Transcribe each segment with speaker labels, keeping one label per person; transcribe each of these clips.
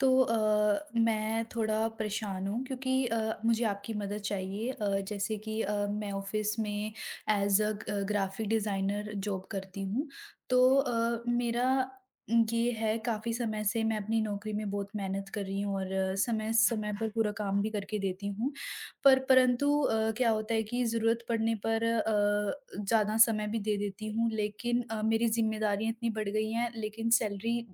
Speaker 1: मैं थोड़ा परेशान हूँ क्योंकि मुझे आपकी मदद चाहिए, जैसे कि मैं ऑफिस में as a graphic designer job करती हूँ। मेरा ये है काफ़ी समय से मैं अपनी नौकरी में बहुत मेहनत कर रही हूँ और समय समय पर पूरा काम भी करके देती हूँ। पर परंतु अ, क्या होता है कि ज़रूरत पड़ने पर ज़्यादा समय भी दे देती हूँ, लेकिन मेरी जिम्मेदारियाँ इतनी बढ़ गई हैं, लेकिन सैलरी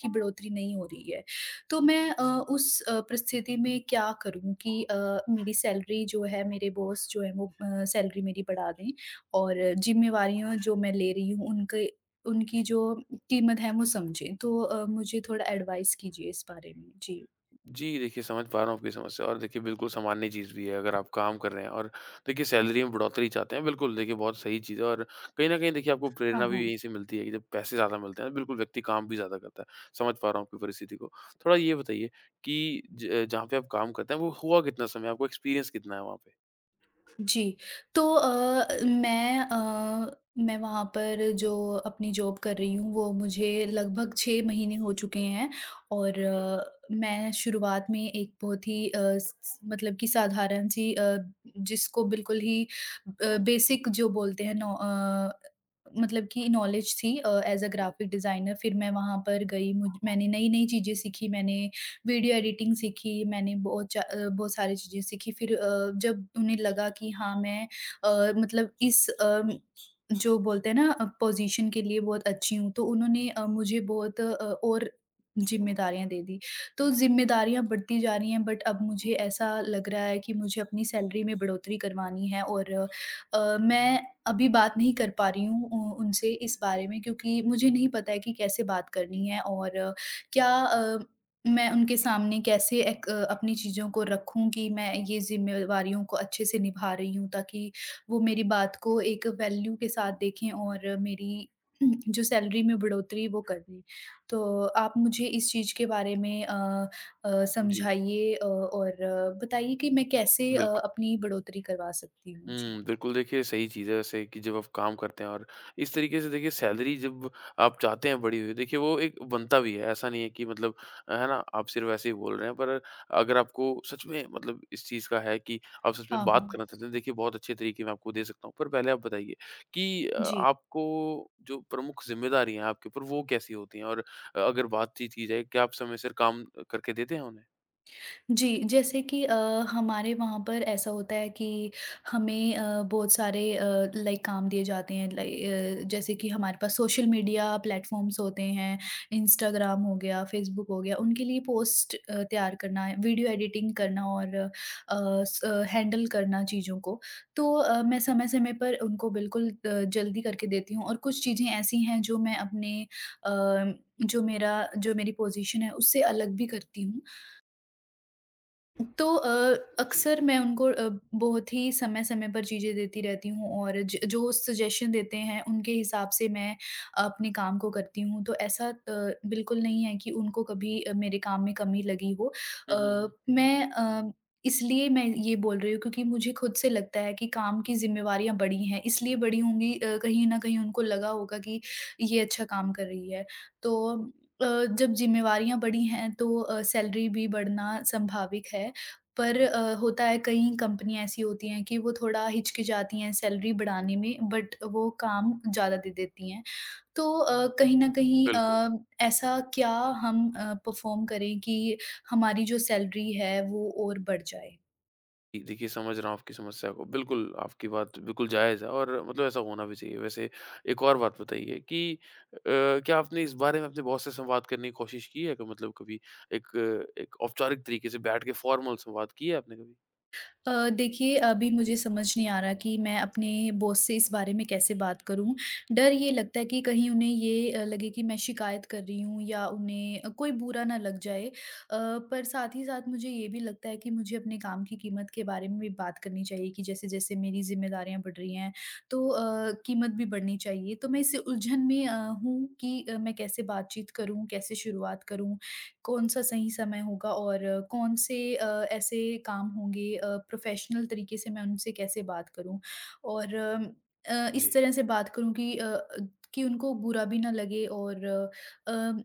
Speaker 1: की बढ़ोतरी नहीं हो रही है। तो उस परिस्थिति में क्या करूँ कि मेरी सैलरी जो है, मेरे बॉस जो है वो सैलरी मेरी बढ़ा दें और ज़िम्मेवारियाँ जो मैं ले रही हूँ उनके उनकी जो कीमत है वो समझें। तो मुझे थोड़ा एडवाइस कीजिए इस बारे में। जी।
Speaker 2: जी, देखिए समझ पा रहा हूँ आपकी समस्या। और देखिए बिल्कुल सामान्य चीज़ भी है, अगर आप काम कर रहे हैं और देखिए सैलरी में बढ़ोतरी चाहते हैं, बिल्कुल देखिए बहुत सही चीज़ है। और कहीं न कहीं देखिए आपको
Speaker 1: हाँ,
Speaker 2: प्रेरणा भी
Speaker 1: हाँ।
Speaker 2: यहीं से मिलती है कि जब पैसे ज़्यादा मिलते हैं, बिल्कुल व्यक्ति काम भी ज़्यादा करता है। समझ पा रहा हूँ आपकी परिस्थिति को। थोड़ा ये बताइए कि ज जहाँ पे आप काम करते हैं वो हुआ कितना समय, आपको एक्सपीरियंस कितना है वहाँ पे?
Speaker 1: जी, तो मैं वहाँ पर जो अपनी जॉब कर रही हूँ वो मुझे लगभग 6 महीने हो चुके हैं। और मैं शुरुआत में एक बहुत ही अ, स स मतलब कि साधारण सी, जिसको बिल्कुल ही बेसिक जो बोलते हैं, मतलब कि नॉलेज थी, एज़ अ ग्राफ़िक डिज़ाइनर। फिर मैं वहाँ पर गई, मुझ मैंने नई-नई चीज़ें सीखी, मैंने वीडियो एडिटिंग सीखी, मैंने बहुत सारी चीज़ें सीखी। फिर जब उन्हें लगा कि हाँ, मैं मतलब इस जो बोलते हैं ना पोज़ीशन के लिए बहुत अच्छी हूँ, तो उन्होंने मुझे बहुत और ज़िम्मेदारियाँ दे दी। तो ज़िम्मेदारियाँ बढ़ती जा रही हैं, बट अब मुझे ऐसा लग रहा है कि मुझे अपनी सैलरी में बढ़ोतरी करवानी है। और मैं अभी बात नहीं कर पा रही हूँ उ उनसे इस बारे में, क्योंकि मुझे नहीं पता है कि कैसे बात करनी है और क्या मैं उनके सामने कैसे एक, अपनी चीज़ों को रखूँ कि मैं ये ज़िम्मेवारियों को अच्छे से निभा रही हूँ, ताकि वो मेरी बात को एक वैल्यू के साथ देखें और मेरी जो सैलरी में बढ़ोतरी वो कर दें। तो आप मुझे इस चीज़ के बारे में
Speaker 2: जी,
Speaker 1: समझाइए, और बताइए कि मैं कैसे
Speaker 2: बिल्कुल।
Speaker 1: अपनी बढ़ोतरी करवा सकती हूँ? जी।
Speaker 2: हुँ, बिल्कुल देखिए सही चीज़ है वैसे, कि जब आप काम करते हैं और इस तरीके से देखिए सैलरी जब आप चाहते हैं बढ़ी हुई, देखिए वो एक बनता भी है। ऐसा नहीं है कि मतलब, है ना, आप सिर्फ़ ऐसे ही बोल रहे हैं। पर अगर आपको सच में मतलब इस चीज़ का है कि आप सच में
Speaker 1: हाँ,
Speaker 2: बात
Speaker 1: हाँ।
Speaker 2: करना चाहते हैं, देखिए बहुत अच्छे तरीके मैं आपको दे सकता हूँ। पर पहले आप बताइए कि
Speaker 1: जी।
Speaker 2: आपको जो प्रमुख ज़िम्मेदारी हैं आपके ऊपर वो कैसी होती हैं? और अगर बातचीत की जाए, क्या आप समय सिर काम करके देते हैं उन्हें?
Speaker 1: जी, जैसे कि हमारे वहाँ पर ऐसा होता है कि हमें बहुत सारे लाइक काम दिए जाते हैं, जैसे कि हमारे पास सोशल मीडिया प्लेटफ़ॉर्म्स होते हैं, इंस्टाग्राम हो गया, फ़ेसबुक हो गया, उनके लिए पोस्ट तैयार करना, वीडियो एडिटिंग करना और अ, स हैंडल करना चीज़ों को। तो मैं समय-समय पर उनको बिल्कुल, जल्दी करके देती हूँ, और कुछ चीज़ें ऐसी हैं जो मैं अपने, अ, जो मेरा जो मेरी पोज़ीशन है उससे अलग भी करती हूँ। तो
Speaker 2: जी।
Speaker 1: अक्सर मैं उनको बहुत ही समय-समय पर चीज़ें देती रहती हूँ, और ज जो सजेशन देते हैं उनके हिसाब से मैं अपने काम को करती हूँ। तो ऐसा बिल्कुल नहीं है कि उनको कभी मेरे काम में कमी लगी हो।
Speaker 2: हुँ, हुँ,
Speaker 1: अ,
Speaker 2: हुँ।
Speaker 1: मैं अ, इसलिए मैं ये बोल रही हूँ, क्योंकि मुझे खुद से लगता है कि काम की ज़िम्मेवारियाँ बड़ी हैं, इसलिए बड़ी होंगी, कहीं न कहीं उनको लगा होगा कि ये अच्छा काम कर रही है। तो अ, जब ज़िम्मेवारियाँ बड़ी हैं, तो सैलरी भी बढ़ना संभाविक है। पर होता है कई कंपनियाँ ऐसी होती हैं कि वो थोड़ा हिचकिचाती हैं सैलरी बढ़ाने में, बट वो काम ज़्यादा दे देती हैं। तो अ, कहीं न कहीं
Speaker 2: बिल्कुल।
Speaker 1: अ, ऐसा क्या हम परफ़ॉर्म करें कि हमारी जो सैलरी है वो और बढ़ जाए?
Speaker 2: जी, देखिए समझ रहा हूँ आपकी समस्या को। बिल्कुल, आपकी बात बिल्कुल जायज़ है और मतलब ऐसा होना भी चाहिए। वैसे एक और बात बताइए कि क्या आपने इस बारे में अपने बॉस से संवाद करने की कोशिश की है? कि मतलब कभी एक एक औपचारिक तरीके से बैठ के फ़ॉर्मल संवाद किया है आपने कभी?
Speaker 1: देखिए अभी मुझे समझ नहीं आ रहा कि मैं अपने बॉस से इस बारे में कैसे बात करूं। डर ये लगता है कि कहीं उन्हें ये लगे कि मैं शिकायत कर रही हूँ, या उन्हें कोई बुरा ना लग जाए। पर साथ ही साथ मुझे ये भी लगता है कि मुझे अपने काम की कीमत के बारे में भी बात करनी चाहिए कि जैसे-जैसे मेरी ज़िम्मेदारियाँ बढ़ रही हैं, तो कीमत भी बढ़नी चाहिए। तो मैं इस उलझन में हूँ कि मैं कैसे बातचीत करूँ, कैसे शुरुआत करूँ? कौन-सा सही समय होगा, और कौन से ऐसे काम होंगे प्रोफ़ेशनल तरीके से मैं उनसे कैसे बात करूँ? और इस
Speaker 2: जी।
Speaker 1: तरह से बात करूँ कि कि उनको बुरा भी ना लगे, और अम,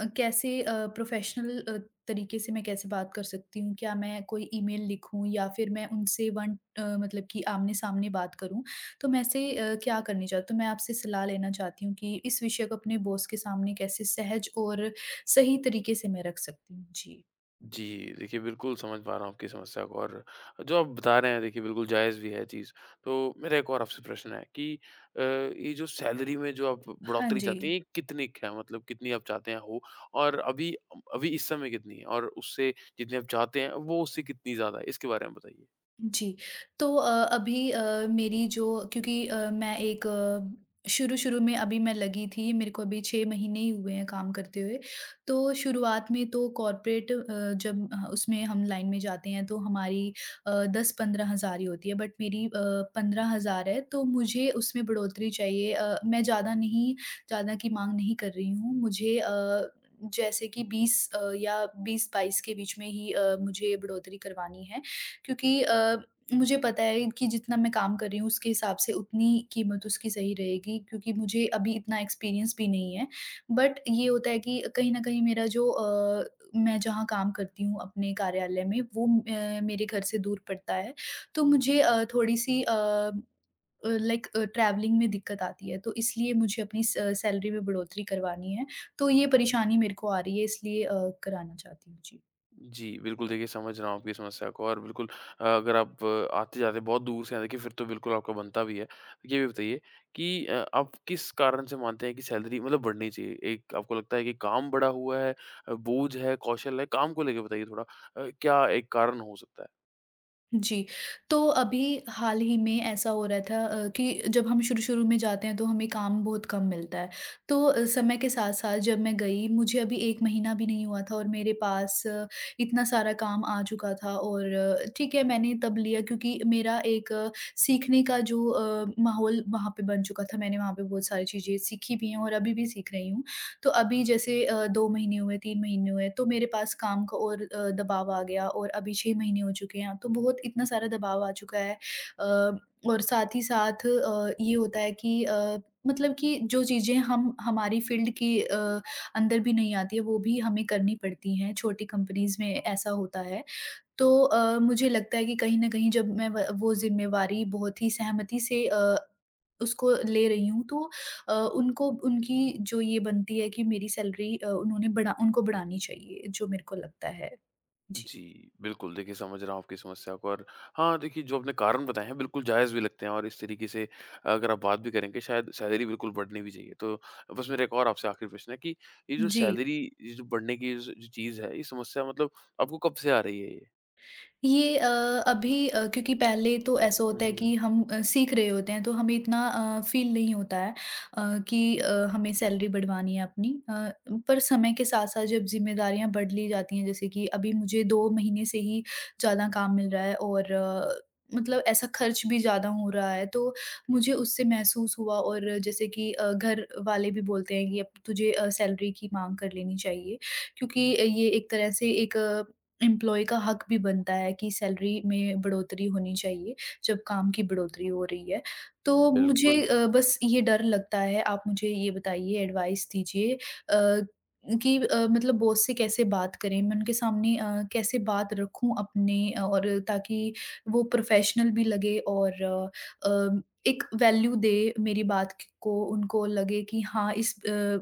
Speaker 1: अ, कैसे अ, प्रोफ़ेशनल तरीके से मैं कैसे बात कर सकती हूँ? क्या मैं कोई ईमेल लिखूँ, या फिर मैं उनसे मतलब कि आमने-सामने बात करूँ? तो मैं ऐसे क्या करनी चाहिए? तो मैं आपसे सलाह लेना चाहती हूँ कि इस विषय को अपने बॉस के सामने कैसे सहज और सही तरीके से मैं रख सकती हूँ। जी।
Speaker 2: जी, देखिए बिल्कुल समझ पा रहा हूँ आपकी समस्या को। और जो आप बता रहे हैं, देखिए बिल्कुल जायज़ भी है चीज़। तो मेरा एक और आपसे प्रश्न है कि ये जो सैलरी में जो आप
Speaker 1: हाँ
Speaker 2: बढ़ोतरी
Speaker 1: जी।
Speaker 2: चाहते हैं ये कितनी क है? मतलब कितनी आप चाहते हैं हो? और अभी अभी इस समय कितनी है? और उससे जितनी आप चाहते हैं वो उससे कितनी ज़्यादा है? इसके बारे में बताइए।
Speaker 1: जी, तो अभी मेरी जो, क्योंकि शुरू-शुरू में अभी मैं लगी थी, मेरे को अभी 6 महीने ही हुए हैं काम करते हुए। तो शुरुआत में तो कॉर्पोरेट उसमें हम लाइन में जाते हैं, तो हमारी 10-15 हज़ार ही होती है, बट मेरी 15 हज़ार है, तो मुझे उसमें बढ़ोतरी चाहिए। मैं ज़्यादा नहीं, ज़्यादा की माँग नहीं कर रही हूँ। मुझे जैसे कि 20 या 20-22 के बीच में ही मुझे बढ़ोतरी करवानी है। क्योंकि मुझे पता है कि जितना मैं काम कर रही हूँ उसके हिसाब से उतनी कीमत उसकी सही रहेगी, क्योंकि मुझे अभी इतना एक्सपीरियंस भी नहीं है। बट ये होता है कि कहीं न कहीं मेरा जो, मैं जहाँ काम करती हूँ अपने कार्यालय में वो मेरे घर से दूर पड़ता है। तो मुझे थोड़ी-सी लाइक ट्रैवलिंग में दिक्कत आती है। तो इसलिए मुझे अपनी स सैलरी में बढ़ोतरी करवानी है। तो ये परेशानी मेरे को आ रही है, इसलिए कराना चाहती हूँ। जी।
Speaker 2: जी, बिल्कुल देखिए समझ रहा हूँ आपकी समस्या को। और बिल्कुल, अगर आप आते-जाते बहुत दूर से हैं, देखिए फिर तो बिल्कुल आपका बनता भी है। तो ये भी बताइए कि आप किस कारण से मानते हैं कि सैलरी मतलब बढ़नी चाहिए? एक आपको लगता है कि काम बढ़ा हुआ है, बोझ है, कौशल है? काम को लेके बताइए थोड़ा, क्या एक कारण हो सकता है?
Speaker 1: जी, तो अभी हाल ही में ऐसा हो रहा था कि जब हम शुरू-शुरू में जाते हैं तो हमें काम बहुत कम मिलता है। तो समय के साथ-साथ जब मैं गई, मुझे अभी 1 महीना भी नहीं हुआ था, और मेरे पास इतना सारा काम आ चुका था, और ठीक है मैंने तब लिया, क्योंकि मेरा एक सीखने का जो माहौल वहाँ पे बन चुका था। मैंने वहाँ पे बहुत सारी चीज़ें सीखी भी हैं, और अभी भी सीख रही हूँ। तो अभी जैसे 2 महीने हुए, 3 महीने हुए, तो मेरे पास काम का और दबाव आ गया, और अभी 6 महीने हो चुके हैं, तो बहुत इतना सारा दबाव आ चुका है। अ, और साथ ही साथ ये होता है कि मतलब कि जो चीज़ें हम हमारी फ़ील्ड के अंदर भी नहीं आती है, वो भी हमें करनी पड़ती हैं, छोटी कंपनीज़ में ऐसा होता है। तो मुझे लगता है कि कहीं न कहीं जब मैं व वो ज़िम्मेवारी बहुत ही सहमति से उसको ले रही हूँ, तो उनको उनकी जो ये बनती है कि मेरी सैलरी उन्होंने बढ़ा उनको बढ़ानी चाहिए, जो मेरे को लगता है। जी।
Speaker 2: जी, बिल्कुल। देखिए, समझ रहा हूँ आपकी समस्या को। और हाँ, देखिए जो आपने कारण बताए हैं बिल्कुल जायज़ भी लगते हैं, और इस तरीके से अगर आप बात भी करेंगे शायद सैलरी बिल्कुल बढ़नी भी चाहिए। तो बस मेरा एक और आपसे आखिरी प्रश्न है कि ये जो
Speaker 1: जी।
Speaker 2: सैलरी ये जो बढ़ने की ज जो चीज़ है, ये समस्या मतलब आपको कब से आ रही है ये?
Speaker 1: ये अभी क्योंकि पहले तो ऐसा
Speaker 2: हुँ,
Speaker 1: होता है
Speaker 2: हुँ, हुँ।
Speaker 1: कि हम सीख रहे होते हैं, तो हमें इतना फ़ील नहीं होता है कि हमें सैलरी बढ़वानी है अपनी, पर समय के साथ साथ जब ज़िम्मेदारियाँ बढ़ ली जाती हैं, जैसे कि अभी मुझे 2 महीने से ही ज़्यादा काम मिल रहा है, और मतलब ऐसा खर्च भी ज़्यादा हो रहा है, तो मुझे उससे महसूस हुआ, और जैसे कि घर वाले भी बोलते हैं कि अब तुझे सैलरी की माँग कर लेनी चाहिए, क्योंकि ये एक तरह से एक एम्प्लॉयी का हक भी बनता है कि सैलरी में बढ़ोतरी होनी चाहिए, जब काम की बढ़ोतरी हो रही है। तो मुझे
Speaker 2: बिल्कुल।
Speaker 1: अ, बस ये डर लगता है, आप मुझे ये बताइए, एडवाइस दीजिए कि मतलब बॉस से कैसे बात करें? मैं उनके सामने कैसे बात रखूँ अपने, और ताकि वो प्रोफ़ेशनल भी लगे, और अ, एक वैल्यू दे मेरी बात क को, उनको लगे कि हाँ, इस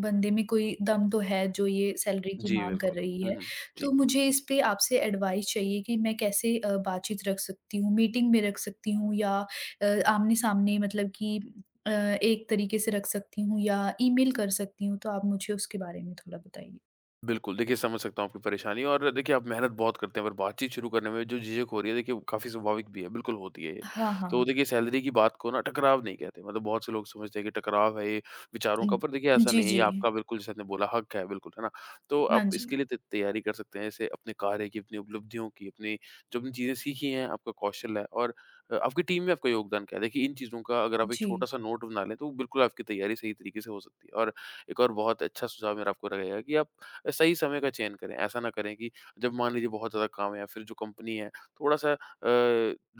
Speaker 1: बंदे में कोई दम तो है, जो ये सैलरी की
Speaker 2: जी,
Speaker 1: माँग कर
Speaker 2: बिल्कुल।
Speaker 1: रही
Speaker 2: हुँ,
Speaker 1: है।
Speaker 2: हुँ।
Speaker 1: तो
Speaker 2: जी।
Speaker 1: मुझे इस पे आपसे एडवाइस चाहिए कि मैं कैसे बातचीत रख सकती हूँ, मीटिंग में रख सकती हूँ, या आमने-सामने मतलब कि एक तरीके से रख सकती हूँ, या ईमेल कर सकती हूँ? तो आप मुझे उसके बारे में थोड़ा बताइए।
Speaker 2: बिल्कुल, देखिए समझ सकता हूँ आपकी परेशानी। और देखिए आप मेहनत बहुत करते हैं पर बातचीत शुरू करने में जो झिझक हो रही है, देखिए काफ़ी स्वाभाविक भी है, बिल्कुल होती है ये।
Speaker 1: हाँ,
Speaker 2: तो
Speaker 1: हाँ।
Speaker 2: देखिए सैलरी की बात को ना टकराव नहीं कहते। मतलब बहुत से लोग समझते हैं कि टकराव है ये विचारों का,
Speaker 1: उम,
Speaker 2: पर देखिए ऐसा
Speaker 1: जी,
Speaker 2: नहीं है, ये
Speaker 1: जी।
Speaker 2: आपका बिल्कुल जैसे आपने बोला हक है बिल्कुल, है ना? तो
Speaker 1: हाँ
Speaker 2: आप
Speaker 1: जी।
Speaker 2: इसके लिए त तैयारी कर सकते हैं, जैसे अपने कार्य की, अपनी उपलब्धियों की, अपनी जो आपने चीज़ें सीखी हैं, आपका कौशल है और आपकी टीम में आपका योगदान क्या है? देखिए इन चीज़ों का अगर आप एक
Speaker 1: जी।
Speaker 2: छोटा-सा नोट बना लें तो बिल्कुल आपकी तैयारी सही तरीके से हो सकती है। और एक और बहुत अच्छा सुझाव मेरा आपको रहेगा कि आप सही समय का चयन करें। ऐसा ना करें कि जब मान लीजिए बहुत ज़्यादा काम है या फिर जो कंपनी है थोड़ा-सा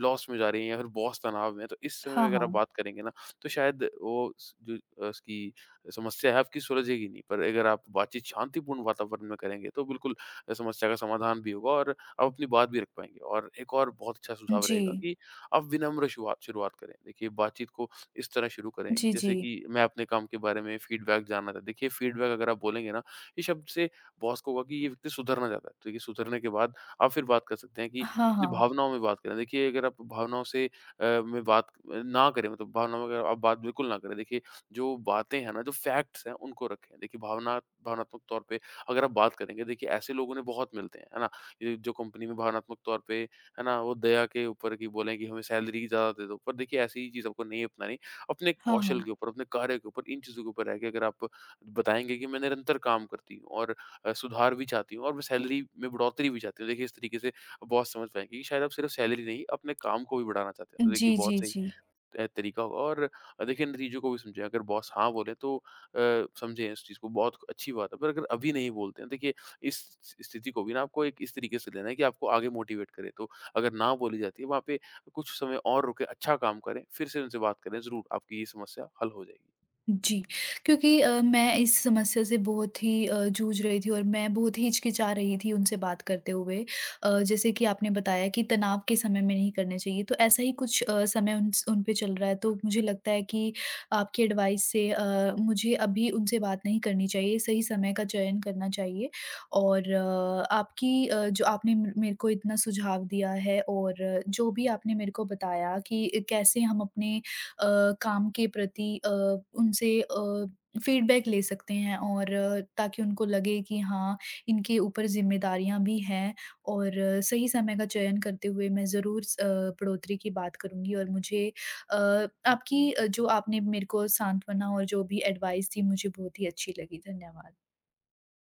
Speaker 2: लॉस में जा रही है या फिर बॉस तनाव में है, तो इस समय में
Speaker 1: हाँ,
Speaker 2: अगर आप
Speaker 1: हाँ।
Speaker 2: बात करेंगे ना तो शायद वो स जो उसकी समस्या है आपकी सुलझेगी नहीं। पर अगर आप बातचीत शांतिपूर्ण वातावरण में करेंगे तो बिल्कुल समस्या का समाधान भी होगा और आप अपनी बात भी रख पाएँगे। और एक और बहुत अच्छा सुझाव रहेगा
Speaker 1: जी।
Speaker 2: कि आप विनम्र शुरुआत शुरुआत करें। देखिए बातचीत को इस तरह शुरू करें
Speaker 1: जी,
Speaker 2: जैसे
Speaker 1: जी।
Speaker 2: कि मैं अपने काम के बारे में फीडबैक जानना था। देखिए फीडबैक अगर आप बोलेंगे ना, ये शब्द से बॉस को होगा कि ये व्यक्ति सुधरना चाहता है। तो देखिए सुधरने के बाद आप फिर बात कर सकते हैं, कि
Speaker 1: हाँ,
Speaker 2: अपनी
Speaker 1: हाँ।
Speaker 2: भावनाओं में बात करें। देखिए अगर आप भावनाओं से में बात ना करें, मतलब भावनाओं में अगर आप बात बिल्कुल ना करें। देखिए जो बातें हैं ना, जो फ़ैक्ट्स हैं उनको रखें। देखिए भावनात्मक तौर पे अगर आप बात करेंगे, देखिए ऐसे लोगों ने बहुत मिलते हैं, है ना? ये जो कंपनी में भावनात्मक तौर पे है ना, वो दया के ऊपर कि बोलें कि हमें सैलरी ज़्यादा दे दो। पर देखिए ऐसी ही चीज़ आपको नहीं अपनानी। अपने
Speaker 1: हाँ,
Speaker 2: कौशल
Speaker 1: हाँ।
Speaker 2: के ऊपर, अपने कार्य के ऊपर, इन चीज़ों के ऊपर रह के अगर आप बताएँगे कि मैं निरंतर काम करती हूँ और सुधार भी चाहती हूँ और मैं सैलरी में बढ़ोतरी भी चाहती हूँ। देखिए इस तरीके से बॉस समझ पाएँगे कि शायद आप सिर्फ़ सैलरी नहीं अपने काम को भी बढ़ाना चाहते हैं। तो
Speaker 1: जी,
Speaker 2: देखिए बहुत
Speaker 1: जी,
Speaker 2: सही
Speaker 1: जी।
Speaker 2: तरीका होगा। और देखिए नतीजों को भी समझें। अगर बॉस हाँ बोले तो अ, समझें इस चीज़ को, बहुत अच्छी बात है। पर अगर अभी नहीं बोलते हैं, देखिए इस स्थिति को भी ना आपको एक इस तरीके से लेना है कि आपको आगे मोटिवेट करें। तो अगर ना बोली जाती है वहाँ पे, कुछ समय और रुके, अच्छा काम करें, फिर से उनसे बात करें। ज़रूर आपकी ये समस्या हल हो जाएगी।
Speaker 1: जी, क्योंकि मैं इस समस्या से बहुत ही जूझ रही थी, और मैं बहुत ही हिचकिचा रही थी उनसे बात करते हुए। जैसे कि आपने बताया कि तनाव के समय में नहीं करने चाहिए, तो ऐसा ही कुछ समय उन पे चल रहा है, तो मुझे लगता है कि आपकी एडवाइस से मुझे अभी उनसे बात नहीं करनी चाहिए, सही समय का चयन करना चाहिए। और आपकी जो आपने म मेरे को इतना सुझाव दिया है, और जो भी आपने मेरे को बताया कि कैसे हम अपने अ, काम के प्रति उनसे अ, फीडबैक ले सकते हैं, और ताकि उनको लगे कि हाँ, इनके ऊपर ज़िम्मेदारियाँ भी हैं, और सही समय का चयन करते हुए मैं ज़रूर बढ़ोतरी की बात करूँगी, और मुझे अ, आपकी अ, जो आपने मेरे को सांत्वना और जो भी एडवाइस थी, मुझे बहुत ही अच्छी लगी। धन्यवाद।